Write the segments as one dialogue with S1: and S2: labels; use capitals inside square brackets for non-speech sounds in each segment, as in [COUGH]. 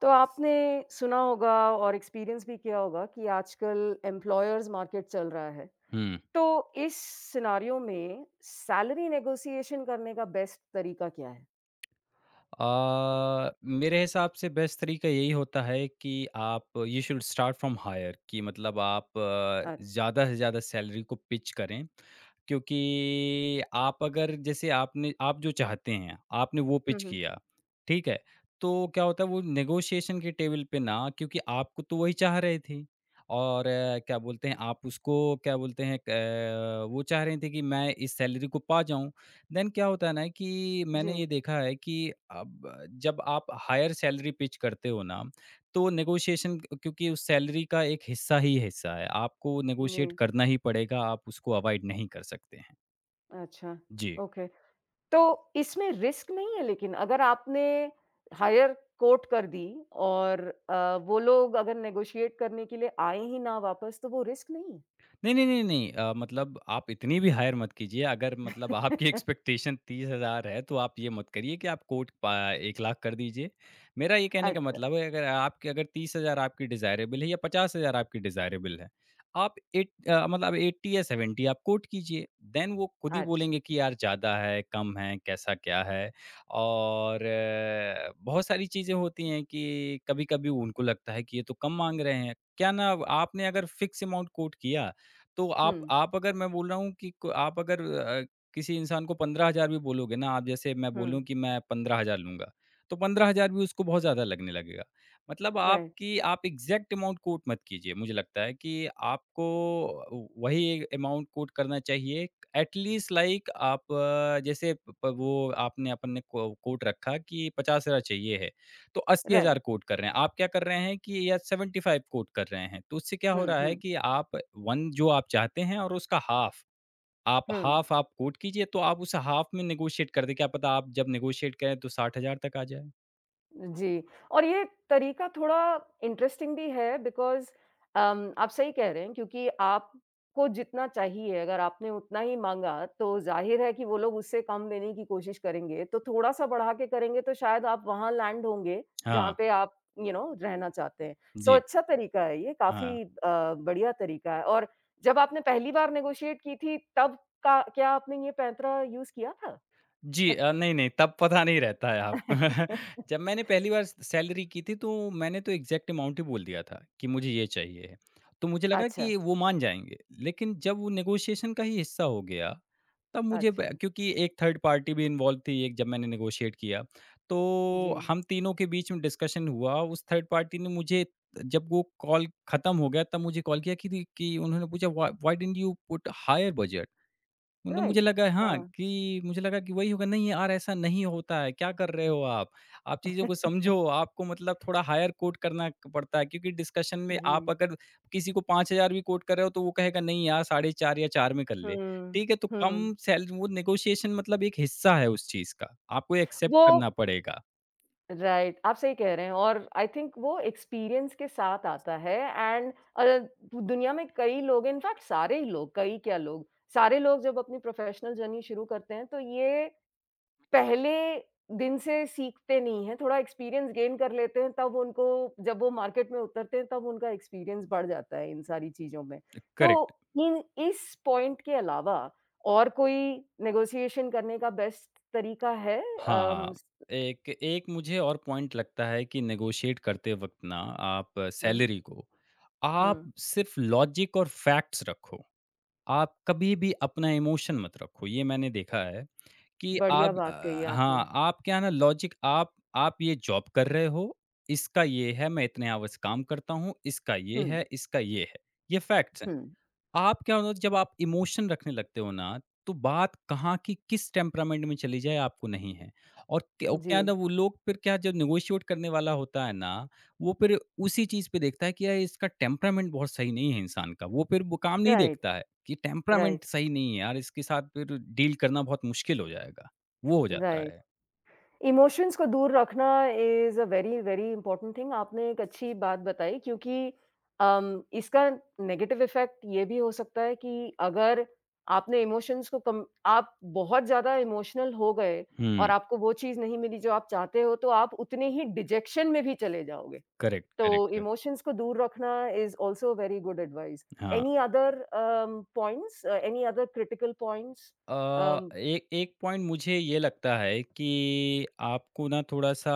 S1: तो आपने सुना होगा और एक्सपीरियंस भी किया होगा कि आजकल एम्प्लॉयर्स मार्केट चल रहा है।
S2: हुँ।
S1: तो इस सिनेरियो में सैलरी नेगोशिएशन करने का बेस्ट तरीका क्या है?
S2: अ, मेरे हिसाब से बेस्ट तरीका यही होता है कि आप you should start from higher कि मतलब आप
S1: अच्छा।
S2: ज़्यादा से ज़्यादा सैलरी को पिच करें, क्योंकि आप अगर जैसे आपने आप जो चाहते हैं, आपने वो
S1: हुँ,
S2: पिच
S1: हुँ।
S2: किया, ठीक है? तो क्या होता है वो नेगोशिएशन के टेबल पे ना क्योंकि आपको तो वही चाह रहे थे और क्या बोलते हैं आप उसको क्या बोलते हैं वो चाह रहे थे कि मैं इस सैलरी को पा जाऊँ। देन क्या होता है ना कि मैंने
S1: जी,
S2: ये देखा है कि अब जब आप हायर सैलरी पिच करते हो ना, तो नेगोशिएशन क्योंकि उस सैलरी का एक हिस्सा ही हिस्सा है, आपको नेगोशिएट
S1: जी।
S2: करना ही पड़ेगा, आप उसको अवॉइड नहीं कर सकते हैं।
S1: अच्छा,
S2: जी।
S1: ओके। तो इसमें रिस्क नहीं है लेकिन अगर आपने हायर कोट कर दी और वो लोग अगर नेगोशिएट करने के लिए आए ही ना वापस तो वो रिस्क नहीं है?
S2: नहीं, नहीं, नहीं, नहीं मतलब आप इतनी भी हायर मत कीजिए। अगर मतलब आपकी [LAUGHS]
S1: [LAUGHS]
S2: एक्सपेक्टेशन 30,000 है, तो आप ये मत करिए कि आप कोट पा 1 लाख कर दीजिए। मेरा ये कहने का
S1: अच्छा,
S2: मतलब है अगर आपके अगर 30,000 आपकी डिज़ायरेबल है या 50,000 आपकी डिज़ायरेबल है, आप मतलब 80 या 70 आप कोट कीजिए। देन वो खुद ही
S1: अच्छा।
S2: बोलेंगे कि यार ज़्यादा है, कम है, कैसा क्या है? और बहुत सारी चीज़ें होती हैं कि कभी-कभी उनको लगता है कि ये तो कम माँग रहे हैं। क्या ना आपने अगर फ़िक्स अमाउंट कोट किया तो आप
S1: हुँ,
S2: आप अगर मैं बोल रहा हूँ कि क आप अगर किसी इंसान को 15,000 भी बोलोगे ना आप जैसे मैं बोलूँ
S1: हुँ।
S2: कि मैं 15,000 लूँगा, तो 15,000 भी उसको बहुत ज़्यादा लगने लगेगा। मतलब
S1: राइट,
S2: आपकी आप एग्ज़ैक्ट अमाउंट कोट मत कीजिए, मुझे लगता है कि आपको व वही अमाउंट कोट करना चाहिए एट लीस्ट लाइक आप जैसे प प वो आपने अपन ने को कोट रखा कि 50,000 चाहिए है। तो 80,000
S1: राइट।
S2: कोट कर रहे हैं। आप क्या कर रहे हैं कि या 75 कोट कर रहे हैं। तो उससे क्या हो
S1: हुँ,
S2: रहा है
S1: हुँ।
S2: कि आप 1 जो आप चाहते हैं और उसका
S1: हुँ,
S2: हाफ़ आप कोट कीजिए तो आप उस हाफ़ में नेगोशिएट कर दें। क्या पता आप जब नेगोशिएट करें तो 60,000 तक आ जाए।
S1: जी। और ये तरीका थोड़ा इंटरेस्टिंग भी है बिकॉज़ आप सही कह रहे हैं क्योंकि आपको जितना चाहिए अगर आपने उतना ही माँगा तो ज़ाहिर है कि वो लोग उससे कम देने की कोशिश करेंगे। तो थोड़ा-सा बढ़ा के करेंगे तो शायद आप वहाँ लैंड होंगे जहाँ
S2: हाँ,
S1: पे आप यू you नो know, रहना चाहते हैं। सो
S2: जी,
S1: अच्छा तरीका है ये।
S2: हाँ।
S1: काफ़ी बढ़िया तरीका है। और जब आपने पहली बार नेगोशिएट की थी तब का क्या आपने ये पैंतरा यूज़ किया था?
S2: जी नहीं, नहीं तब पता नहीं रहता है आप। [LAUGHS]
S1: [LAUGHS]
S2: जब मैंने पहली बार स सैलरी की थी तो मैंने तो एग्ज़ैक्ट अमाउंट ही बोल दिया था कि मुझे ये चाहिए। तो मुझे लगा
S1: अच्छा,
S2: कि वो मान जाएँगे। लेकिन जब वो नेगोशिएशन का ही हिस्सा हो गया तब मुझे ब
S1: अच्छा।
S2: क्योंकि एक थर्ड पार्टी भी इन्वॉल्व थी एक जब मैंने नेगोशिएट किया। तो
S1: जी,
S2: हम तीनों के बीच में डिस्कशन हुआ, उस थर्ड पार्टी ने मुझे जब वो कॉल खत्म हो गया तब मुझे कॉल किया कि उन्होंने पूछा why why didn't you put higher budget? मतलब मुझे
S1: राइट।
S2: लगा हाँ,
S1: हाँ।
S2: कि मुझे लगा कि वही होगा, नहीं यार ऐसा नहीं होता है, क्या कर रहे हो आप? आप चीज़ों को समझो, आपको मतलब थोड़ा हायर कोट करना क पड़ता है क्योंकि डिस्कशन में आप
S1: जी।
S2: अगर किसी को 5,000 भी कोट कर रहे हो तो वो कहेगा नहीं यार 4,500 या 4 में कर ले।
S1: हुँ,
S2: ठीक है, तो कम
S1: हुँ।
S2: सैल वो नेगोशिएशन मतलब एक हिस्सा है उस चीज़ का, आपको एक्सेप्ट
S1: वो
S2: करना पड़ेगा।
S1: राइट, आप सही कह रहे हैं और आई थिंक वो एक्सपीरियंस के साथ आता है एंड अ, दुनिया में कई लोग इनफैक्ट सारे ही लोग, कई क्या लोग, सारे लोग जब अपनी प्रोफ़ेशनल जर्नी शुरू करते हैं तो ये पहले दिन से सीखते नहीं हैं, थोड़ा एक्सपीरियंस गेन कर लेते हैं, तब उनको जब वो मार्केट में उतरते हैं, तब उनका एक्सपीरियंस बढ़ जाता है इन सारी चीज़ों में। तो
S2: करेक्ट।
S1: इन इस पॉइंट के अलावा और कोई नेगोशिएशन करने का बेस्ट तरीका है? अम,
S2: हाँ,
S1: स
S2: एक एक मुझे और पॉइंट लगता है कि नेगोशिएट करते वक़्त ना आप
S1: हुँ,
S2: सैलरी को, आप
S1: हुँ,
S2: सिर्फ़ लॉजिक और फैक्ट्स रखो। आप कभी भी अपना इमोशन मत रखो, ये मैंने देखा है कि
S1: बढ़िया
S2: आप
S1: बात कही आपने।
S2: हाँ, आप क्या है ना लॉजिक आप ये जॉब कर रहे हो, इसका ये है, मैं इतने आवर्स काम करता हूँ, इसका ये
S1: हुँ,
S2: है, इसका ये है। ये फैक्ट्स हैं।
S1: हुँ,
S2: आप क्या होता जब आप इमोशन रखने लगते हो ना, तो बात कहाँ की किस टेम्परामेंट में चली जाए आपको नहीं है। और क्या ओ
S1: जी।
S2: क्या ना वो लोग फिर क्या जब नेगोशिएट करने वाला होता है ना, वो फिर उसी चीज़ पे देखता है कि यार इसका टेम्परामेंट बहुत सही नहीं है इंसान का। वो फिर वो काम नहीं
S1: राइट,
S2: देखता है कि
S1: राइट,
S2: टेम्परामेंट सही नहीं है यार, इसके साथ फिर डील करना बहुत मुश्किल हो जाएगा। वो हो जाता
S1: राइट।
S2: है।
S1: इमोशंस को दूर रखना is a very, very important thing. आपने एक अच्छी बात बताई क्योंकि इसका नेगेटिव इफ़ेक्ट ये भी हो सकता है कि अगर आपने इमोशंस को कम आप बहुत ज़्यादा इमोशनल हो गए
S2: हुँ,
S1: और आपको वो चीज़ नहीं मिली जो आप चाहते हो, तो आप उतने ही डिजेक्शन में भी चले जाओगे।
S2: करेक्ट,
S1: तो
S2: करेक्ट, करेक्ट।
S1: इमोशंस को दूर रखना is also very good advice.
S2: हाँ।
S1: Any other points any other critical points? Um,
S2: एक एक पॉइंट मुझे ये लगता है कि आपको ना थोड़ा-सा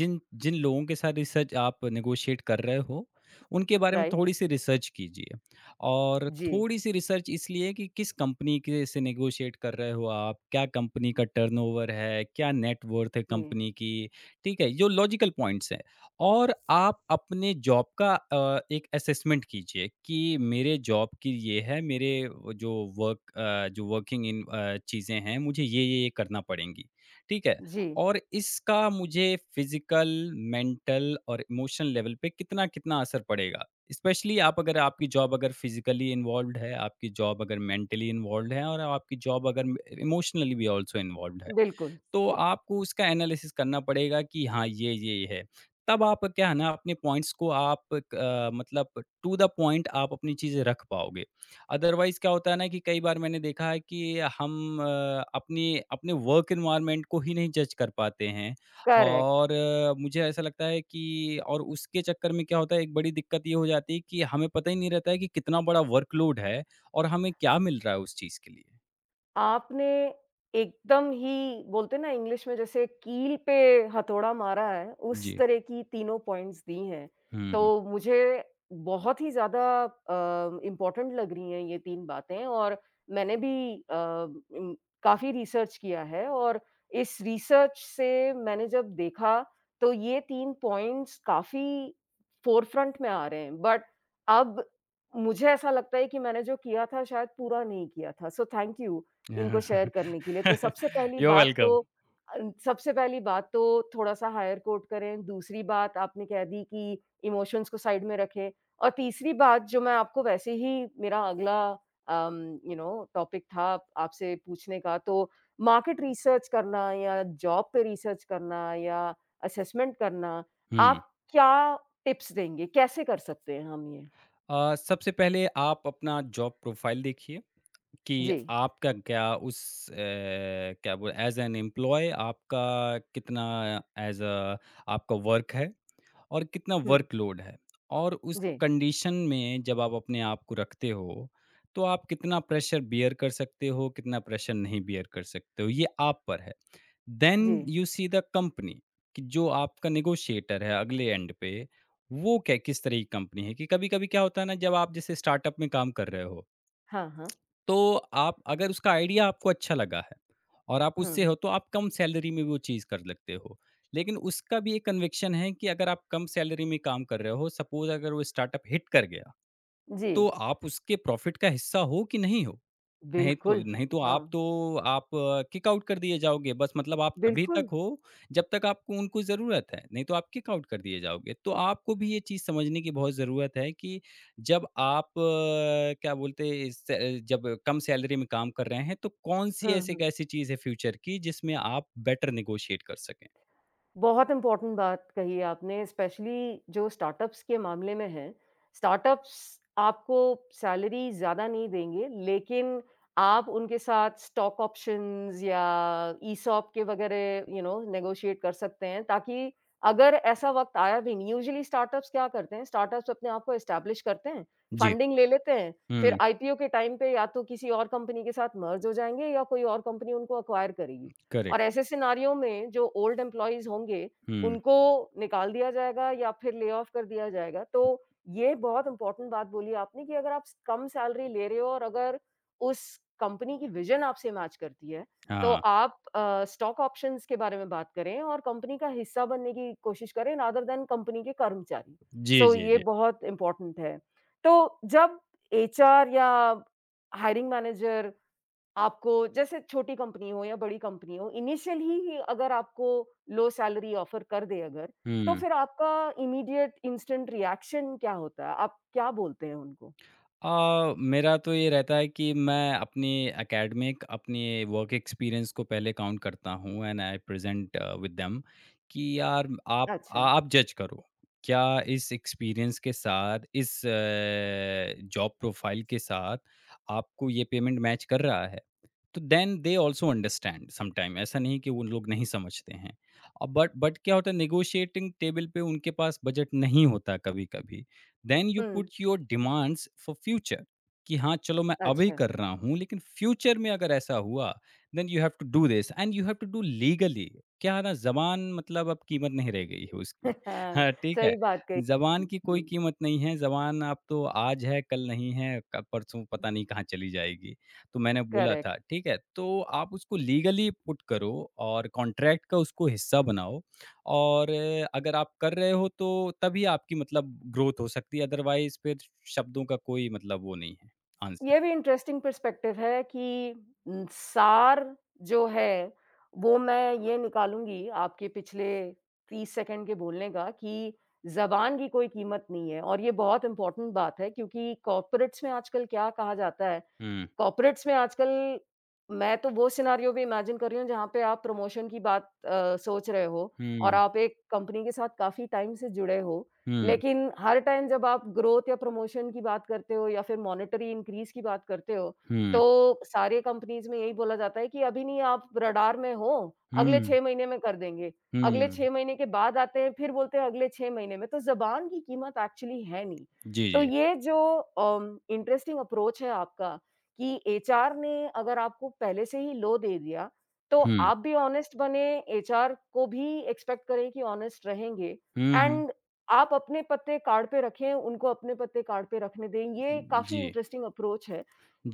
S2: जिन जिन लोगों के साथ रिसर्च आप नेगोशिएट कर रहे हो, उनके बारे में
S1: राइट।
S2: थोड़ी-सी रिसर्च कीजिए। और
S1: जी,
S2: थोड़ी-सी रिसर्च इसलिए कि किस कंपनी के से नेगोशिएट कर रहे हो आप, क्या कंपनी का टर्नओवर है, क्या नेट वर्थ है
S1: जी,
S2: कंपनी की, ठीक है? जो लॉजिकल पॉइंट्स हैं। और आप अपने जॉब का एक असेसमेंट कीजिए कि मेरे जॉब की ये है, मेरे वो जो जो चीज़ें हैं, मुझे ये करना पड़ेंगी, ठीक है?
S1: जी,
S2: और इसका मुझे फिज़िकल, मेंटल और इमोशनल लेवल पे कितना-कितना असर पड़ेगा। स्पेशली आप अगर आपकी जॉब अगर फिज़िकली इन्वॉल्व्ड है, आपकी जॉब अगर मेंटली इन्वॉल्व्ड है और आपकी जॉब अगर इमोशनली भी ऑल्सो इन्वॉल्व्ड है।
S1: बिल्कुल।
S2: तो आपको उसका एनालिसिस करना पड़ेगा कि हाँ, ये है। तब आप क्या है ना अपने पॉइंट्स को आप क मतलब टू द पॉइंट आप अपनी चीज़ें रख पाओगे। अदरवाइज़ क्या होता है ना कि कई बार मैंने देखा है कि हम अपने अपने वर्क एनवायरनमेंट को ही नहीं जज कर पाते हैं
S1: करेक्ट।
S2: और मुझे ऐसा लगता है कि और उसके चक्कर में क्या होता है एक बड़ी दिक्कत ये हो जाती है कि हमें पता ही नहीं रहता है कि कितना बड़ा वर्कलोड है और हमें क्या मिल रहा है उस चीज़ के लिए।
S1: आपने एकदम ही बोलते हैं ना इंग्लिश में जैसे कील पे हथौड़ा मारा है, उस
S2: जी।
S1: तरह की तीनों पॉइंट्स दी हैं। तो
S2: हुँ,
S1: मुझे बहुत ही ज़्यादा इम्पोर्टेंट लग रही हैं ये 3 बातें और मैंने भी काफ़ी रिसर्च किया है और इस रिसर्च से मैंने जब देखा, तो ये 3 पॉइंट्स काफ़ी फ़ोरफ्रंट में आ रहे हैं। बट अब मुझे ऐसा लगता है कि मैंने जो किया था शायद पूरा नहीं किया था। सो थैंक यू इनको शेयर
S2: हुँ।
S1: करने के लिए।
S2: [LAUGHS] [LAUGHS] You are welcome.
S1: अ, सबसे पहली बात तो थोड़ा-सा हायर कोर्ट करें, दूसरी बात आपने कह दी कि इमोशंस को साइड में रखें और तीसरी बात जो मैं आपको वैसे ही मेरा अगला अम, यू नो टॉपिक था आपसे पूछने का तो मार्केट रिसर्च करना या जॉब पे रिसर्च करना या असेसमेंट करना,
S2: हुँ।
S1: आप क्या टिप्स देंगे? कैसे कर सकते हैं हम ये?
S2: सबसे पहले आप अपना जॉब प्रोफ़ाइल देखिए कि
S1: जी।
S2: आपका क्या उस अ, क्या बोल एज़ एन एम्प्लॉयी आपका कितना एज़ अ आपका वर्क है और कितना
S1: हुँ।
S2: वर्कलोड है। और उस
S1: जी,
S2: कंडीशन में जब आप अपने आप को रखते हो, तो आप कितना प्रेशर बियर कर सकते हो, कितना प्रेशर नहीं बियर कर सकते हो, ये आप पर है। देन
S1: जी।
S2: यू सी द कंपनी कि जो आपका नेगोशिएटर है अगले एंड पे वो क्या किस तरह की कंपनी है कि कभी कभी क्या होता है ना जब आप जैसे स्टार्टअप में काम कर रहे हो
S1: हाँ, हाँ।
S2: तो आप अगर उसका आइडिया आपको अच्छा लगा है और आप
S1: हुँ।
S2: उससे हो तो आप कम सैलरी में वो चीज़ कर लगते हो, लेकिन उसका भी एक कन्विक्शन है कि अगर आप कम सैलरी में काम कर रहे हो सपोज अगर वो स्टार्टअप हिट कर गया
S1: जी।
S2: तो आप उसके प्रॉफिट का हिस्सा हो कि नहीं हो? नहीं तो
S1: बिल्कुल,
S2: नहीं तो
S1: हाँ,
S2: आप किक आउट कर दिए जाओगे। बस मतलब आप तभी तक
S1: बिल्कुल।
S2: हो जब तक आपको उनको ज़रूरत है, नहीं तो आप किक आउट कर दिए जाओगे। तो आपको भी ये चीज़ समझने की बहुत ज़रूरत है कि जब आप क्या बोलते हैं इस जब कम सैलरी में काम कर रहे हैं तो कौन-सी
S1: हुँ,
S2: ऐसी एक
S1: हुँ।
S2: ऐसी चीज़ है फ्यूचर की जिसमें आप बेटर नेगोशिएट कर सकें?
S1: बहुत इम्पोर्टेंट बात कही है आपने स्पेशली जो स्टार्टअप्स के मामले में है। स्टार्टअप्स आपको सैलरी ज़्यादा नहीं देंगे लेकिन आप उनके साथ स्टॉक ऑप्शंस या ईसॉप के वगैरह यू नो नेगोशिएट कर सकते हैं ताकि अगर ऐसा वक़्त आया भी नहीं। यूजुअली स्टार्टअप्स क्या करते हैं, स्टार्टअप्स अपने आप को एस्टेब्लिश करते हैं,
S2: जी।
S1: फंडिंग ले लेते हैं, फिर
S2: हुँ,
S1: आईपीओ के टाइम पे या तो किसी और कंपनी के साथ मर्ज हो जाएँगे या कोई और कंपनी उनको एक्वायर करेगी। और
S2: करेक्ट।
S1: ऐसे सिनेरियो में जो ओल्ड एम्प्लॉइज़ होंगे,
S2: हुँ,
S1: उनको निकाल दिया जाएगा या फिर ले ऑफ कर दिया जाएगा। तो ये बहुत इम्पोर्टेंट बात बोली आपने कि अगर आप स कम सैलरी ले रहे हो और अगर उस कंपनी की विज़न आपसे मैच करती है, तो
S2: हाँ।
S1: आप स्टॉक ऑप्शंस के बारे में बात करें और कंपनी का हिस्सा बनने की कोशिश करें रादर दैन कंपनी के कर्मचारी।
S2: जी,
S1: सो,
S2: जी,
S1: ये
S2: जी।
S1: बहुत इम्पोर्टेंट है। तो जब एचआर या हायरिंग मैनेजर आपको जैसे छोटी कंपनी हो या बड़ी कंपनी हो इनिशियली ही अगर आपको लो सैलरी ऑफर कर दे अगर, तो
S2: हुँ।
S1: फिर आपका इमीडिएट इंस्टेंट रिएक्शन क्या होता है? आप क्या बोलते हैं उनको?
S2: मेरा तो ये रहता है कि मैं अपनी एकेडमिक अपने वर्क एक्सपीरियंस को पहले काउंट करता हूँ and I present with them कि यार आप
S1: अच्छा।
S2: जज करो क्या इस एक्सपीरियंस के साथ इस जॉब प्रोफाइल के साथ आपको ये पेमेंट मैच कर रहा है। तो then they also understand sometime, ऐसा नहीं कि वो लोग नहीं समझते हैं, बट क्या होता है नेगोशिएटिंग टेबल पे उनके पास बजट नहीं होता कभी कभी। Then you
S1: hmm,
S2: put your demands for future कि हाँ चलो मैं अभी
S1: अच्छा।
S2: कर रहा हूँ लेकिन फ्यूचर में अगर ऐसा हुआ then you have to do this and you have to do legally. क्या है ना जबान मतलब अब कीमत नहीं रह गई है उसकी।
S1: [LAUGHS]
S2: हाँ ठीक है,
S1: सही बात कही।
S2: जबान की कोई
S1: हुँ,
S2: कीमत नहीं है। जबान आप तो आज है कल नहीं है, परसों पता नहीं कहाँ चली जाएगी। तो मैंने बोला था
S1: करेक्ट।
S2: ठीक है तो आप उसको लीगली पुट करो और कॉन्ट्रैक्ट का उसको हिस्सा बनाओ। और अगर आप कर रहे हो तो तभी आपकी मतलब ग्रोथ हो सकती है, अदरवाइज़ फिर शब्दों का कोई मतलब वो नहीं है आंसर।
S1: ये भी इंटरेस्टिंग पर्सपेक्टिव है कि उम, सार जो है, वो मैं ये निकालूँगी आपके पिछले 30 सेकंड के बोलने का कि ज़बान की कोई कीमत नहीं है और ये बहुत इम्पोर्टेंट बात है क्योंकि कॉर्पोरेट्स में आजकल क्या कहा जाता है।
S2: हुँ,
S1: कॉर्पोरेट्स में आजकल मैं तो वो सिनेरियो भी इमेजिन कर रही हूँ जहाँ पे आप प्रमोशन की बात सोच रहे हो और
S2: हुँ,
S1: आप एक कंपनी के साथ काफ़ी टाइम से जुड़े हो।
S2: हुँ,
S1: लेकिन हर टाइम जब आप ग्रोथ या प्रमोशन की बात करते हो या फिर मॉनेटरी इंक्रीज़ की बात करते हो,
S2: हुँ,
S1: तो सारे कंपनीज़ में यही बोला जाता है कि अभी नहीं आप रडार में हो, अगले
S2: हुँ,
S1: 6 महीने में कर देंगे। अगले
S2: हुँ।
S1: 6 महीने के बाद आते हैं फिर बोलते हैं अगले 6 महीने में, तो ज़बान की कीमत एक्चुअली है नहीं।
S2: जी,
S1: तो
S2: जी।
S1: ये जो इंटरेस्टिंग अप्रोच है आपका कि एचआर ने अगर आपको पहले से ही लो दे दिया, तो
S2: हुँ,
S1: आप भी ऑनेस्ट बने, एचआर को भी एक्सपेक्ट करें कि ऑनेस्ट रहेंगे
S2: हुँ, हुँ।
S1: एंड आप अपने पत्ते कार्ड पे रखें, उनको अपने पत्ते कार्ड पे रखने दें। ये काफ़ी
S2: जी,
S1: इंटरेस्टिंग अप्रोच है।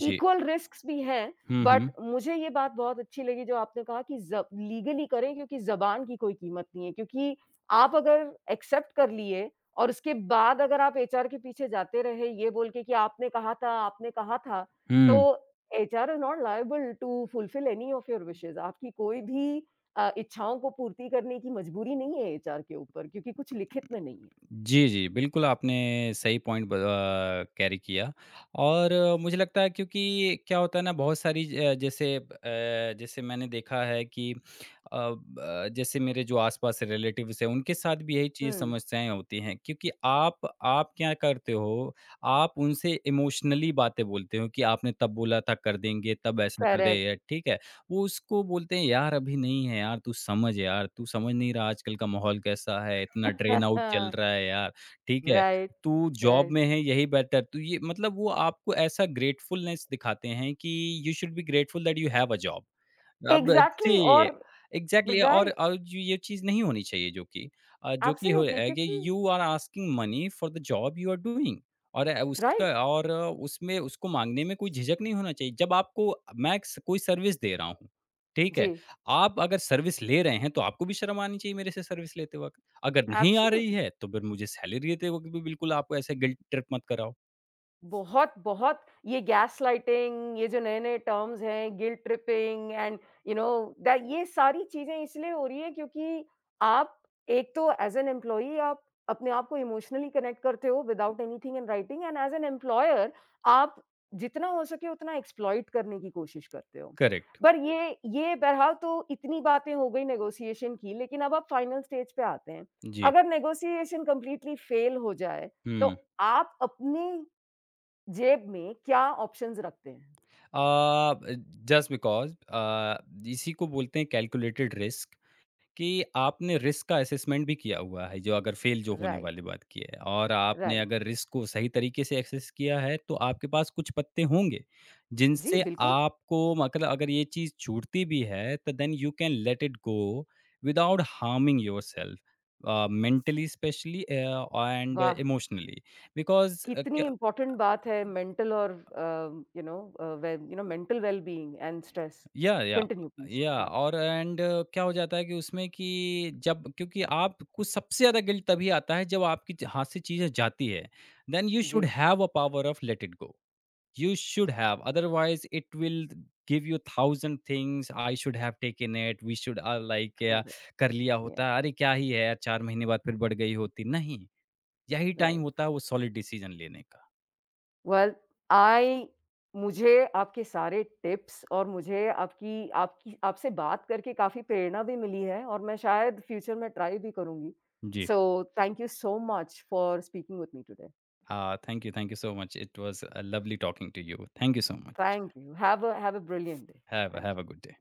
S2: जी।
S1: इक्वल रिस्क्स भी हैं,
S2: हुँ,
S1: बट
S2: हुँ,
S1: मुझे ये बात बहुत अच्छी लगी जो आपने कहा कि ज़ लीगली करें क्योंकि ज़बान की कोई कीमत नहीं है। क्योंकि आप अगर एक्सेप्ट कर लिए और उसके बाद अगर आप एचआर के पीछे जाते रहे ये बोल के कि आपने कहा था,
S2: हुँ।
S1: So, HR is not liable to fulfil any of your wishes. आपकी कोई भी इच्छाओं को पूर्ति करने की मजबूरी नहीं है एचआर के ऊपर क्योंकि कुछ लिखित में नहीं है।
S2: जी, जी। बिल्कुल, आपने सही पॉइंट कैरी किया और मुझे लगता है क्योंकि क्या होता है ना बहुत सारी जैसे मैंने देखा है कि ब जैसे मेरे जो आस-पास रिलेटिव्स हैं, उनके साथ भी यही चीज़
S1: हुँ,
S2: समस्याएँ होती हैं क्योंकि आप क्या करते हो, आप उनसे इमोशनली बातें बोलते हो कि आपने तब बोला था कर देंगे, तब ऐसा कर
S1: करेक्ट।
S2: दे ठीक है? वो उसको बोलते हैं, "यार अभी नहीं है यार, तू समझ नहीं रहा आजकल का माहौल कैसा है, इतना ड्रेन आउट चल रहा है यार, ठीक है?
S1: राइट,
S2: तू जॉब
S1: राइट।
S2: में है यही बेटर, तू ये।" मतलब वो आपको ऐसा ग्रेटफुलनेस दिखाते हैं कि you should be grateful that you have a job. अब
S1: एग्ज़ैक्टली [LAUGHS] और
S2: जी, एग्ज़ैक्टली और
S1: राइट,
S2: और जो ये चीज़ नहीं होनी चाहिए जो कि जो कि हो
S1: एब्सोल्युटली
S2: है कि
S1: क्योंकि
S2: you are asking money for the job you are doing, और उसका
S1: राइट,
S2: और उसमें उसको माँगने में कोई झिझक नहीं होना चाहिए। जब आपको मैं एक स कोई सर्विस दे रहा हूँ, ठीक
S1: जी,
S2: है? आप अगर सर्विस ले रहे हैं, तो आपको भी शर्म आनी चाहिए मेरे से सर्विस लेते वक़्त। अगर नहीं आ रही
S1: एब्सोल्युटली।
S2: है, तो फिर मुझे सैलरी देते वक़्त भी बिल्कुल आप ऐसे गिल्ट ट्रिप मत कराओ।
S1: बहुत, बहुत, ये गैसलाइटिंग, ये जो नए-नए टर्म्स हैं, guilt tripping and you know that ये सारी चीज़ें इसलिए हो रही है क्योंकि आप एक तो एज़ एन एम्प्लॉयी आप अपने आप को इमोशनली कनेक्ट करते हो without anything in writing and as an employer आप जितना हो सके उतना एक्सप्लॉइट करने की कोशिश करते हो।
S2: करेक्ट।
S1: पर ये बहरहाल तो इतनी बातें हो गई नेगोशिएशन की, लेकिन अब आप फाइनल स्टेज पे आते हैं।
S2: जी।
S1: अगर नेगोशिएशन कंप्लीटली फेल हो जाए, तो
S2: हुँ।
S1: आप अपनी जेब में क्या ऑप्शंस रखते हैं?
S2: अ, जस्ट बिकॉज़ इसी को बोलते हैं कैलकुलेटेड रिस्क कि आपने रिस्क का असेसमेंट भी किया हुआ है, जो अगर फेल जो होने
S1: राइट।
S2: वाली बात की है और आपने
S1: राइट।
S2: अगर रिस्क को सही तरीके से एक्सेस किया है, तो आपके पास कुछ पत्ते होंगे,
S1: जी,
S2: जिनसे
S1: बिल्कुल।
S2: आपको मतलब अगर ये चीज़ छूटती भी है, तो then you can let it go without harming yourself mentally specially and
S1: वाह!
S2: इमोशनली बिकॉज़
S1: कितनी इम्पोर्टेंट बात है मेंटल और you know way you know mental wellbeing and stress.
S2: या या
S1: कंटिन्यू प्लीज़।
S2: या
S1: हाँ,
S2: और एंड क्या हो जाता है कि उसमें कि जब क्योंकि आपको सबसे ज़्यादा गिल्ट तभी आता है जब आपकी हाथ से चीज़ें जाती है। देन यू
S1: जी,
S2: should have a power of let it go, you should have, otherwise it will give you thousand things. I should have taken it, we should are like क्या
S1: करेक्ट।
S2: कर लिया
S1: या
S2: होता, अरे क्या ही है यार, 4 महीने बाद फिर बढ़ गई होती, नहीं? यही टाइम होता
S1: राइट।
S2: है वो सॉलिड डिसीजन लेने का।
S1: वेल आई मुझे आपके सारे टिप्स और मुझे आपकी आपकी आपसे बात करके काफ़ी प्रेरणा भी मिली है और मैं शायद फ्यूचर में ट्राई भी करूँगी।
S2: जी।
S1: So thank you so much for speaking with me today.
S2: हाँ, thank you, thank you so much, it was lovely talking to you, thank you so much.
S1: Thank you. Have a have a brilliant day.
S2: Have
S1: Thank
S2: have
S1: you.
S2: A good day.